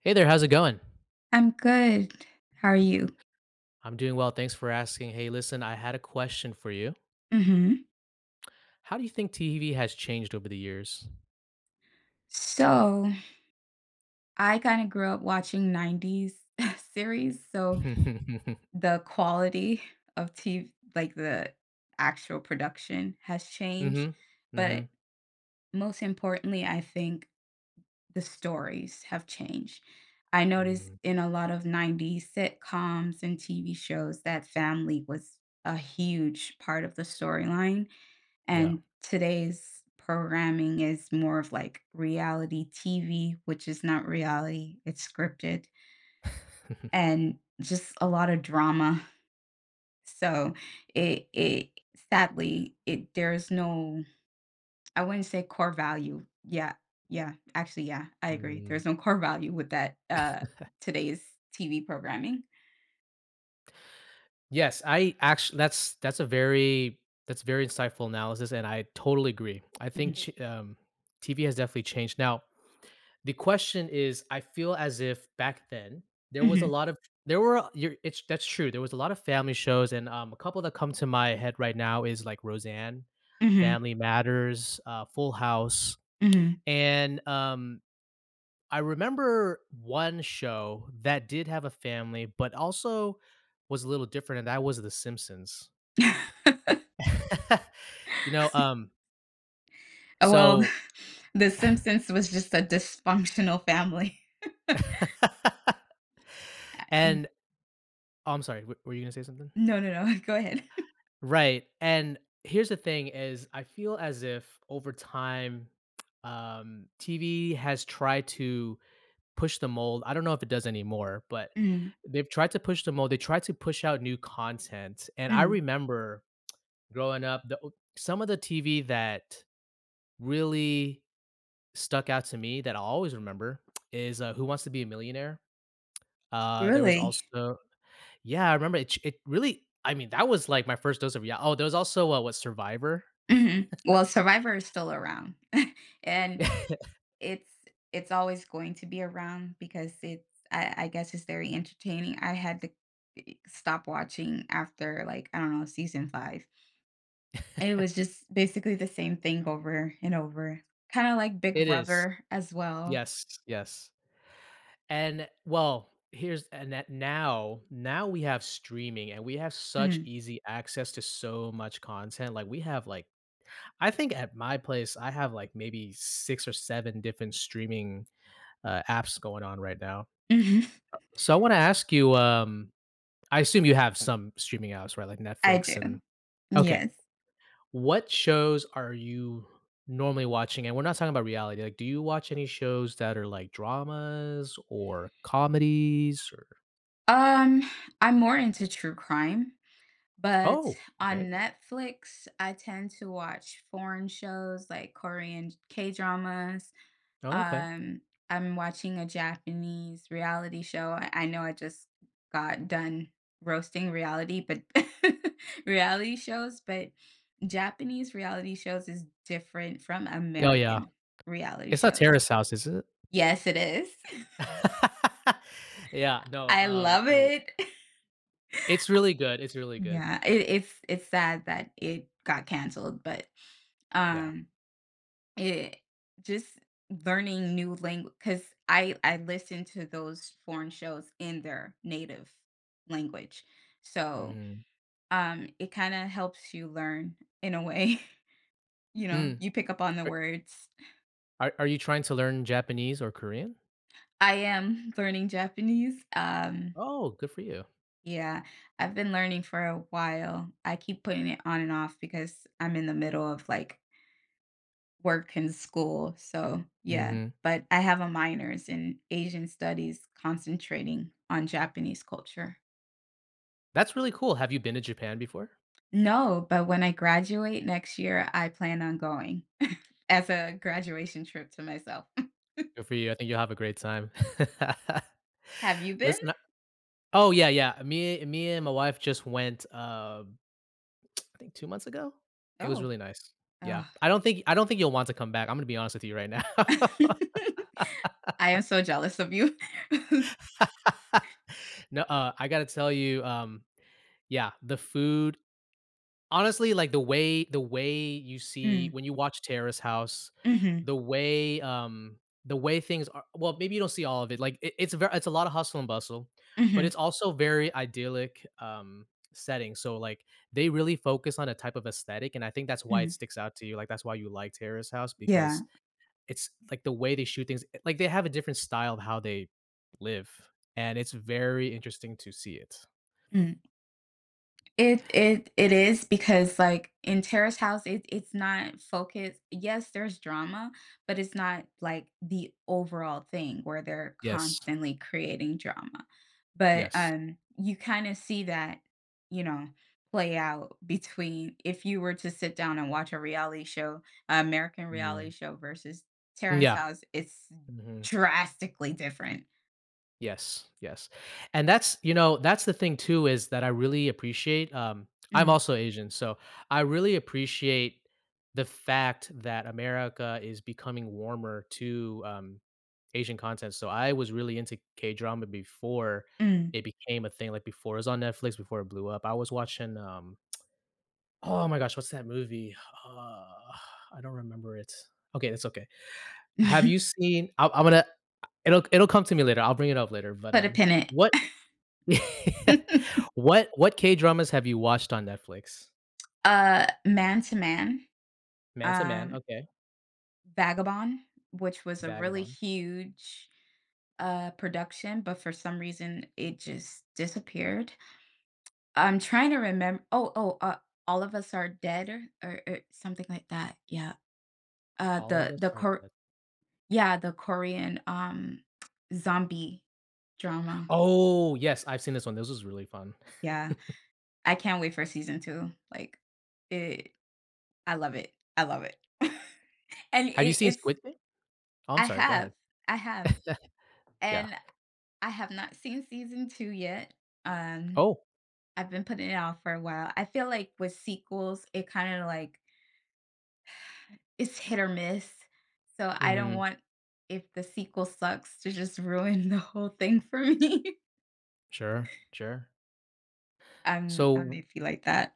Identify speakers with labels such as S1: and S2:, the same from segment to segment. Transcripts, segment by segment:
S1: Hey there, how's it going?
S2: I'm good. How are you?
S1: I'm doing well. Thanks for asking. Hey, listen, I had a question for you.
S2: Mhm.
S1: How do you think TV has changed over the years?
S2: So, I kinda grew up watching 90s series, so
S1: Mhm.
S2: the quality of TV like, the actual production has changed,
S1: Mhm.
S2: but
S1: Mhm.
S2: most importantly, I think the stories have changed. I noticed
S1: Mm,
S2: in a lot of 90s sitcoms and TV shows that family was a huge part of the storyline.
S1: yeah.
S2: And today's programming is more of like reality TV, which is not reality, it's scripted and just a lot of drama. So it sadly, it there's no, I wouldn't say, core value. Yeah. Yeah. Actually, yeah, I agree.
S1: Mm.
S2: There's no core value with that today's TV programming.
S1: Yes, I actually that's a very that's very insightful analysis and I totally agree. I think
S2: Mhm.
S1: TV has definitely changed. Now, the question is, I feel as if back then there was a
S2: Mhm.
S1: lot of there were a- you're it's that's true. There was a lot of family shows, and a couple that come to my head right now is like Roseanne,
S2: Mhm.
S1: Family Matters, Full House,
S2: Mhm.
S1: and I remember one show that did have a family, but also was a little different, and that was The Simpsons. You know,
S2: Well,
S1: so
S2: The Simpsons was just a dysfunctional family.
S1: and oh, I'm sorry, were you gonna say something?
S2: No, no, no. Go ahead.
S1: Right. And here's the thing is I feel as if over time TV has tried to push the mold. I don't know if it does anymore, but
S2: Mm,
S1: they've tried to push the mold. They tried to push out new content. And I
S2: mm,
S1: remember growing up the some of the TV that really stuck out to me that I'll always remember is Who Wants to Be a Millionaire? There was
S2: really?
S1: also, yeah, I remember it really. I mean, that was like my first dose of. Yeah. Oh, there was also, what, Survivor.
S2: Mhm. Well, Survivor is still around, and it's it's always going to be around because I guess it's very entertaining. I had to stop watching after like I don't know season five. It was just basically the same thing over and over, kind of like Big
S1: It is.
S2: Brother as well.
S1: Yes, yes. And, well, here's and that now we have streaming and we have such
S2: Mm,
S1: easy access to so much content. Like we have like I think at my place I have like maybe 6 or 7 different streaming apps going on right now.
S2: mhm.
S1: So I want to ask you, I assume you have some streaming apps, right? Like
S2: I do.
S1: Netflix and. Okay.
S2: Yes.
S1: What shows are you normally watching? And we're not talking about reality. Like, do you watch any shows that are like dramas or comedies or.
S2: Um, I'm more into true crime. But
S1: Oh, okay.
S2: on Netflix, I tend to watch foreign shows like Korean K-dramas.
S1: Oh, okay.
S2: Um, I'm watching a Japanese reality show. I know I just got done roasting reality, but reality shows, but Japanese reality shows is different from
S1: Oh, yeah.
S2: American reality
S1: It's not
S2: shows.
S1: Terrace House, is it?
S2: Yes, it is.
S1: Yeah, no,
S2: I love
S1: I l
S2: it.
S1: it's really good, it's really good.
S2: Yeah, it's sad that it got canceled, but
S1: Yeah.
S2: um It just learning new language because I listen to those foreign shows in their native language. So,
S1: Mhm.
S2: it kinda helps you learn in a way, you know,
S1: Mm.
S2: you pick up on the
S1: Are
S2: words.
S1: are you trying to learn Japanese or Korean?
S2: I am learning Japanese,
S1: Oh, good for you.
S2: yeah, I've been learning for a while. I keep putting it on and off because I'm in the middle of, like, work and school. So, yeah,
S1: Mhm.
S2: but I have a minors in Asian studies concentrating on Japanese culture.
S1: That's really cool. Have you been to Japan before?
S2: No, but when I graduate next year, I plan on going as a graduation trip to myself.
S1: Good for you. I think you'll have a great time.
S2: Have you been?
S1: Listen. Oh, yeah, yeah. Me and my wife just went, I think 2 months ago? It was
S2: Oh.
S1: really nice. Yeah.
S2: Oh.
S1: I don't think you'll want to come back. I'm gonna be honest with you right now.
S2: I am so jealous of you.
S1: No, I gotta tell you, yeah, the food. Honestly, like, the way you see
S2: Mm,
S1: when you watch Terrace House,
S2: mhm,
S1: the way, um the way things are, well, maybe you don't see all of it, like, it's a lot of hustle and bustle, but
S2: mhm,
S1: it's also very idyllic, setting, so, like, they really focus on a type of aesthetic, and I think that's why it
S2: mm.
S1: sticks out to you, like, that's why you like Terrace House
S2: Yeah.
S1: because it's like the way they shoot things, like they have a different style of how they live, and it's very interesting to see it.
S2: Mm. It is because, like, in Terrace House, it's not focused, yes, there's drama, but it's not, like, the overall thing where they're
S1: Yes,
S2: constantly creating drama. But,
S1: yes.
S2: you kinda see that, you know, play out between if you were to sit down and watch a reality show, American reality
S1: Mm.
S2: show versus Terrace
S1: Yeah.
S2: House, it's
S1: Mhm.
S2: drastically different.
S1: Yes, yes. And that's the thing too is that I really appreciate, I'm
S2: Mm,
S1: also Asian, so I really appreciate the fact that America is becoming warmer to, Asian content. So I was really into K-drama before
S2: mm.
S1: it became a thing, like before it was on Netflix, before it blew up. I was watching, oh my gosh, what's that movie? Uh I don't remember it. Okay, that's okay. Have you seen I, I'm gonna it'll come to me later. I'll bring it up later. But
S2: Put a pin in
S1: what.
S2: it.
S1: What K-dramas have you watched on Netflix?
S2: Man to Man.
S1: Man to Man,
S2: um,
S1: okay,
S2: Vagabond, which was a really
S1: Vagabond,
S2: huge production, but for some reason it just disappeared. I'm trying to remember. Oh, All of Us Are Dead or something like that. Yeah. Uh,
S1: All of
S2: the
S1: Us
S2: the
S1: Are
S2: Cor-
S1: Dead.
S2: yeah, the Korean zombie drama.
S1: Oh, yes, I've seen this one, this was really fun.
S2: Yeah, I can't wait for season two. Like, it. I love it. I love it. and
S1: Have you
S2: it,
S1: seen
S2: it's.
S1: Squid Game? Oh, I'm
S2: I
S1: sorry, go
S2: have.
S1: ahead.
S2: I have.
S1: Yeah.
S2: And I have not seen season 2 yet. Um,
S1: Oh,
S2: I've been putting it off for a while. I feel like with sequels, it kinda, like it's hit or miss, so I don't
S1: mhm,
S2: want, if the sequel sucks, to just ruin the whole thing for me.
S1: sure, sure.
S2: I'm
S1: So,
S2: iffy like that.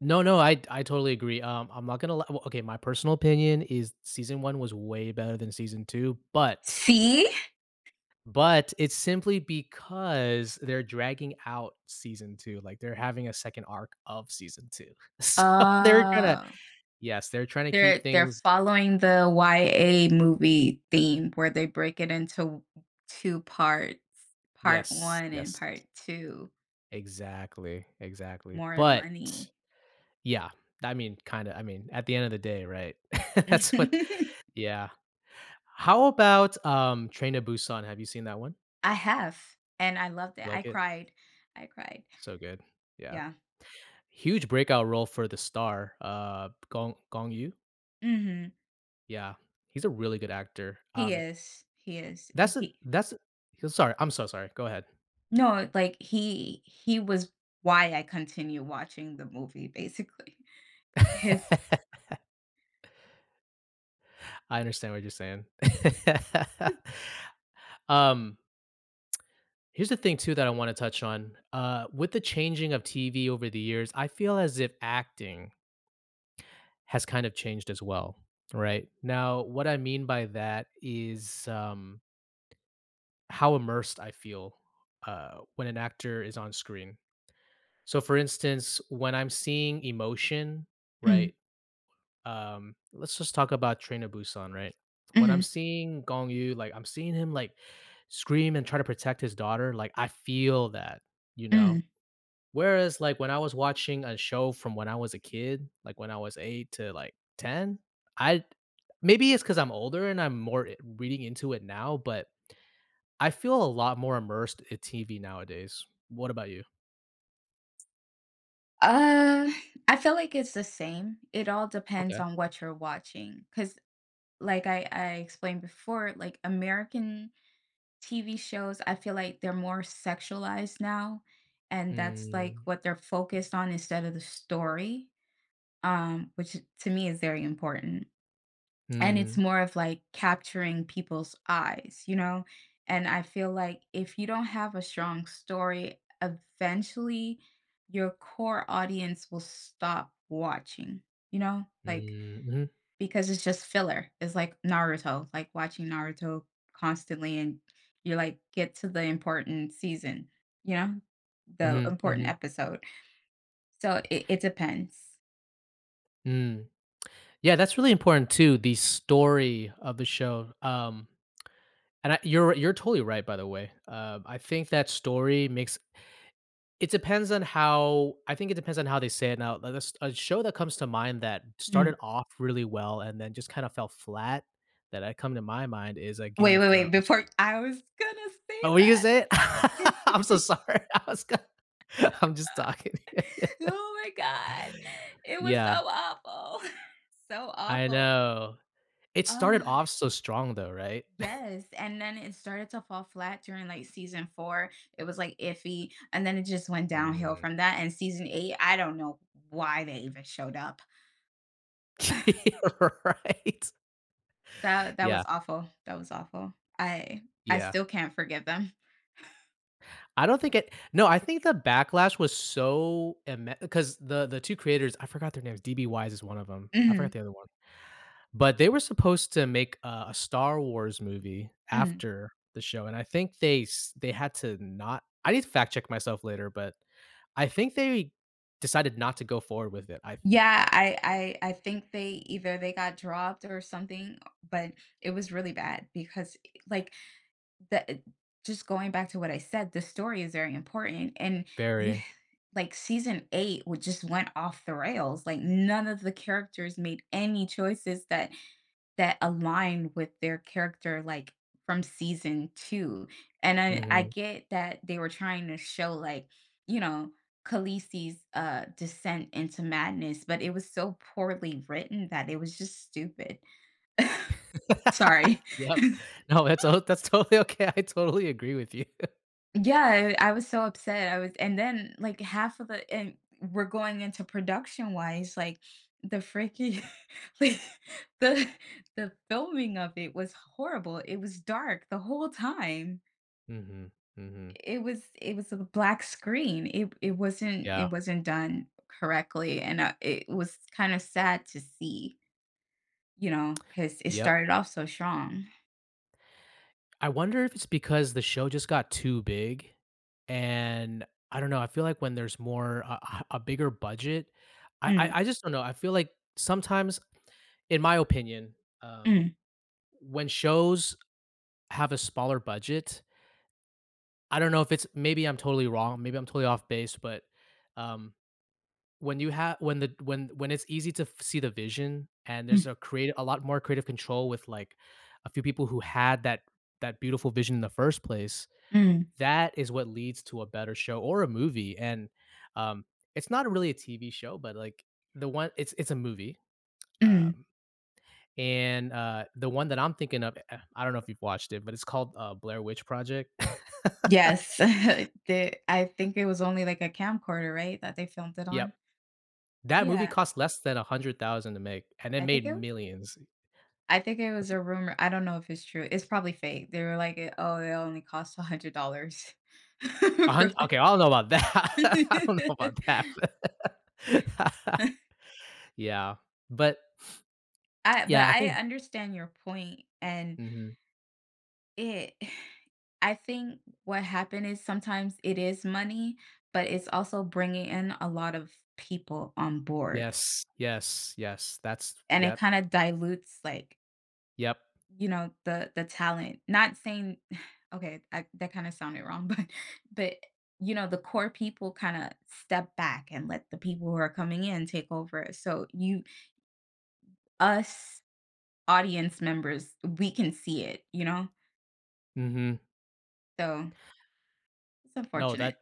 S1: no, no, I totally agree, I'm not gonna lie, well, okay, my personal opinion is season 1 was way better than season 2, but.
S2: See?
S1: But it's simply because they're dragging out season 2, like, they're having a second arc of season 2. So they're trying to.
S2: Oh,
S1: Yes, they're trying to keep
S2: they're
S1: things.
S2: following the YA movie theme where they break it into 2 parts, part
S1: Yes,
S2: 1 and
S1: yes.
S2: part 2,
S1: Exactly, exactly.
S2: more
S1: But
S2: money.
S1: yeah, I mean, kinda I mean, at the end of the day, right? That's what. Yeah. How about, Train to Busan? Have you seen that one?
S2: I have, and I loved it.
S1: You
S2: I
S1: like it?
S2: cried. I cried.
S1: So good. Yeah.
S2: Yeah.
S1: Huge breakout role for the star, Gong Yu.
S2: Mhm.
S1: Yeah, he's a really good actor.
S2: He is. He is. He
S1: That's a sorry, I'm so sorry. Go ahead.
S2: No, like, he was why I continue watching the movie, basically. Him.
S1: I understand what you're saying. Um, here's the thing too that I wanna touch on. With the changing of TV over the years, I feel as if acting has kind of changed as well, right? Now, what I mean by that is, how immersed I feel, when an actor is on screen. So, for instance, when I'm seeing emotion,
S2: Mm,
S1: right? Let's just talk about Train to Busan, right? When I'm
S2: mhm,
S1: seeing Gong Yu, like I'm seeing him like scream and try to protect his daughter, like I feel that, you know.
S2: mm.
S1: Whereas like when I was watching a show from when I was a kid, like when I was 8 to like 10, I maybe it's cuz I'm older and I'm more reading into it now, but I feel a lot more immersed in TV nowadays. What about you?
S2: Uh, I feel like it's the same. It all depends
S1: Okay.
S2: on what you're watching, cause like I explained before, like American TV shows, I feel like they're more sexualized now, and that's like
S1: Mm.
S2: what they're focused on instead of the story, which to me is very important. And it's
S1: Mm.
S2: more of like capturing people's eyes, you know? And I feel like if you don't have a strong story, eventually your core audience will stop watching, you know? Like
S1: Mm. Mhm.
S2: because it's just filler. It's like Naruto, like watching Naruto constantly and you like get to the important season, you know, the
S1: Mhm.
S2: important
S1: Mhm.
S2: episode. So it depends.
S1: Mm. Yeah, that's really important too, the story of the show, and I you're totally right, by the way. I think that story makes it depends on how I think it depends on how they say it now. Like, a show that comes to mind that started
S2: Mm.
S1: off really well and then just kind of fell flat that I come to my mind is, a Game
S2: Wait,
S1: of
S2: wait, wait.
S1: Thrones.
S2: Before I was gonna say
S1: Oh, were you gonna
S2: that.
S1: say it? I'm so sorry. I was gonna. I'm just talking.
S2: oh my god. It was so
S1: Yeah,
S2: awful. so
S1: I
S2: awful.
S1: know. It started
S2: Oh.
S1: off so strong though, right?
S2: Yes, and then it started to fall flat during like season four. It was like iffy, and then it just went downhill from that. And season eight, I don't know why they even showed up.
S1: Right.
S2: That was
S1: Yeah,
S2: awful. That was awful. I
S1: yeah.
S2: still can't forgive them.
S1: I don't think it No, I think the backlash was so because the 2 creators, I forgot their names, DB Wise is one of them. I
S2: Hmm.
S1: forgot the other one. But they were supposed to make a Star Wars movie
S2: Mm.
S1: after the show, and I think they had to, not, I need to fact check myself later, but I think they decided not to go forward with it, I think.
S2: Yeah, I think they either they got dropped or something, but it was really bad because like the just going back to what I said, the story is very important, and you
S1: Very.
S2: like season eight would just went off the rails. Like none of the characters made any choices that aligned with their character like from season two. And I
S1: Mhm.
S2: get that they were trying to show like, you know, Khaleesi's descent into madness, but it was so poorly written that it was just stupid. Sorry.
S1: Yep. No, that's totally okay. I totally agree with you.
S2: Yeah, I was so upset. I was and then, like, half of the and we're going into production-wise, like, the freaky, like, the the filming of it was horrible. It was dark the whole time.
S1: Mhm, mhm.
S2: It was a black screen. It it wasn't it
S1: Yeah,
S2: wasn't done correctly, and, it was kinda sad to see, because it
S1: yep.
S2: started off so strong.
S1: I wonder if it's because the show just got too big, and I don't know, I feel like when there's more, a bigger budget, I I
S2: Mm,
S1: I just don't know, I feel like sometimes, in my opinion, um,
S2: mm,
S1: when shows have a smaller budget, I don't know if it's, maybe I'm totally wrong, maybe I'm totally off base, but, um When you have when the when it's easy to f see the vision, and
S2: mm,
S1: there's a create a lot more creative control with, like, a few people who had that beautiful vision in the first place,
S2: mm,
S1: that is what leads to a better show or a movie, and, um, it's not really a TV show, but, like, the one it's a movie,
S2: mm.
S1: um, and, the one that I'm thinking of, I don't know if you've watched it, but it's called, Blair Witch Project.
S2: Yes. The I think it was only like a camcorder, right, that they filmed it on?
S1: Yep. That movie
S2: Yeah,
S1: cost less than 100,000 to make, and it
S2: I think
S1: made
S2: it
S1: millions.
S2: I think it was a rumor, I don't know if it's true, it's probably fake. They were like, "Oh, it only cost $100
S1: A
S2: for
S1: hun
S2: that."
S1: Okay, I don't know about that. I don't know about that. Yeah, but
S2: I But
S1: yeah, I
S2: I
S1: think.
S2: understand your point, and
S1: Mhm.
S2: it I think what happened is sometimes it is money, but it's also bringing in a lot of people on board,
S1: Yes, yes, yes, that's.
S2: and it
S1: Yep,
S2: kinda dilutes, like
S1: yep,
S2: The talent, not saying okay, that kind of sounded wrong, but the core people kind of step back and let the people who are coming in take over. So us audience members, we can see it. You know,
S1: mhm.
S2: so it's
S1: No, that
S2: unfortunate.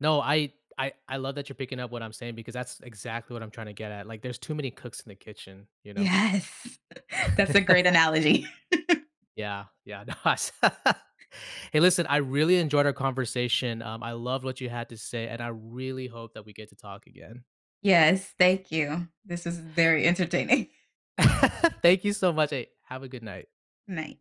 S1: no, I love that you're picking up what I'm saying because that's exactly what I'm trying to get at, like, there's too many cooks in the kitchen, you know?
S2: Yes, that's a great analogy.
S1: Yeah, yeah, no, I s Hey, listen, I really enjoyed our conversation, I loved what you had to say, and I really hope that we get to talk again.
S2: Yes, thank you. This is very entertaining.
S1: Thank you so much. Hey, have a good night.
S2: Night.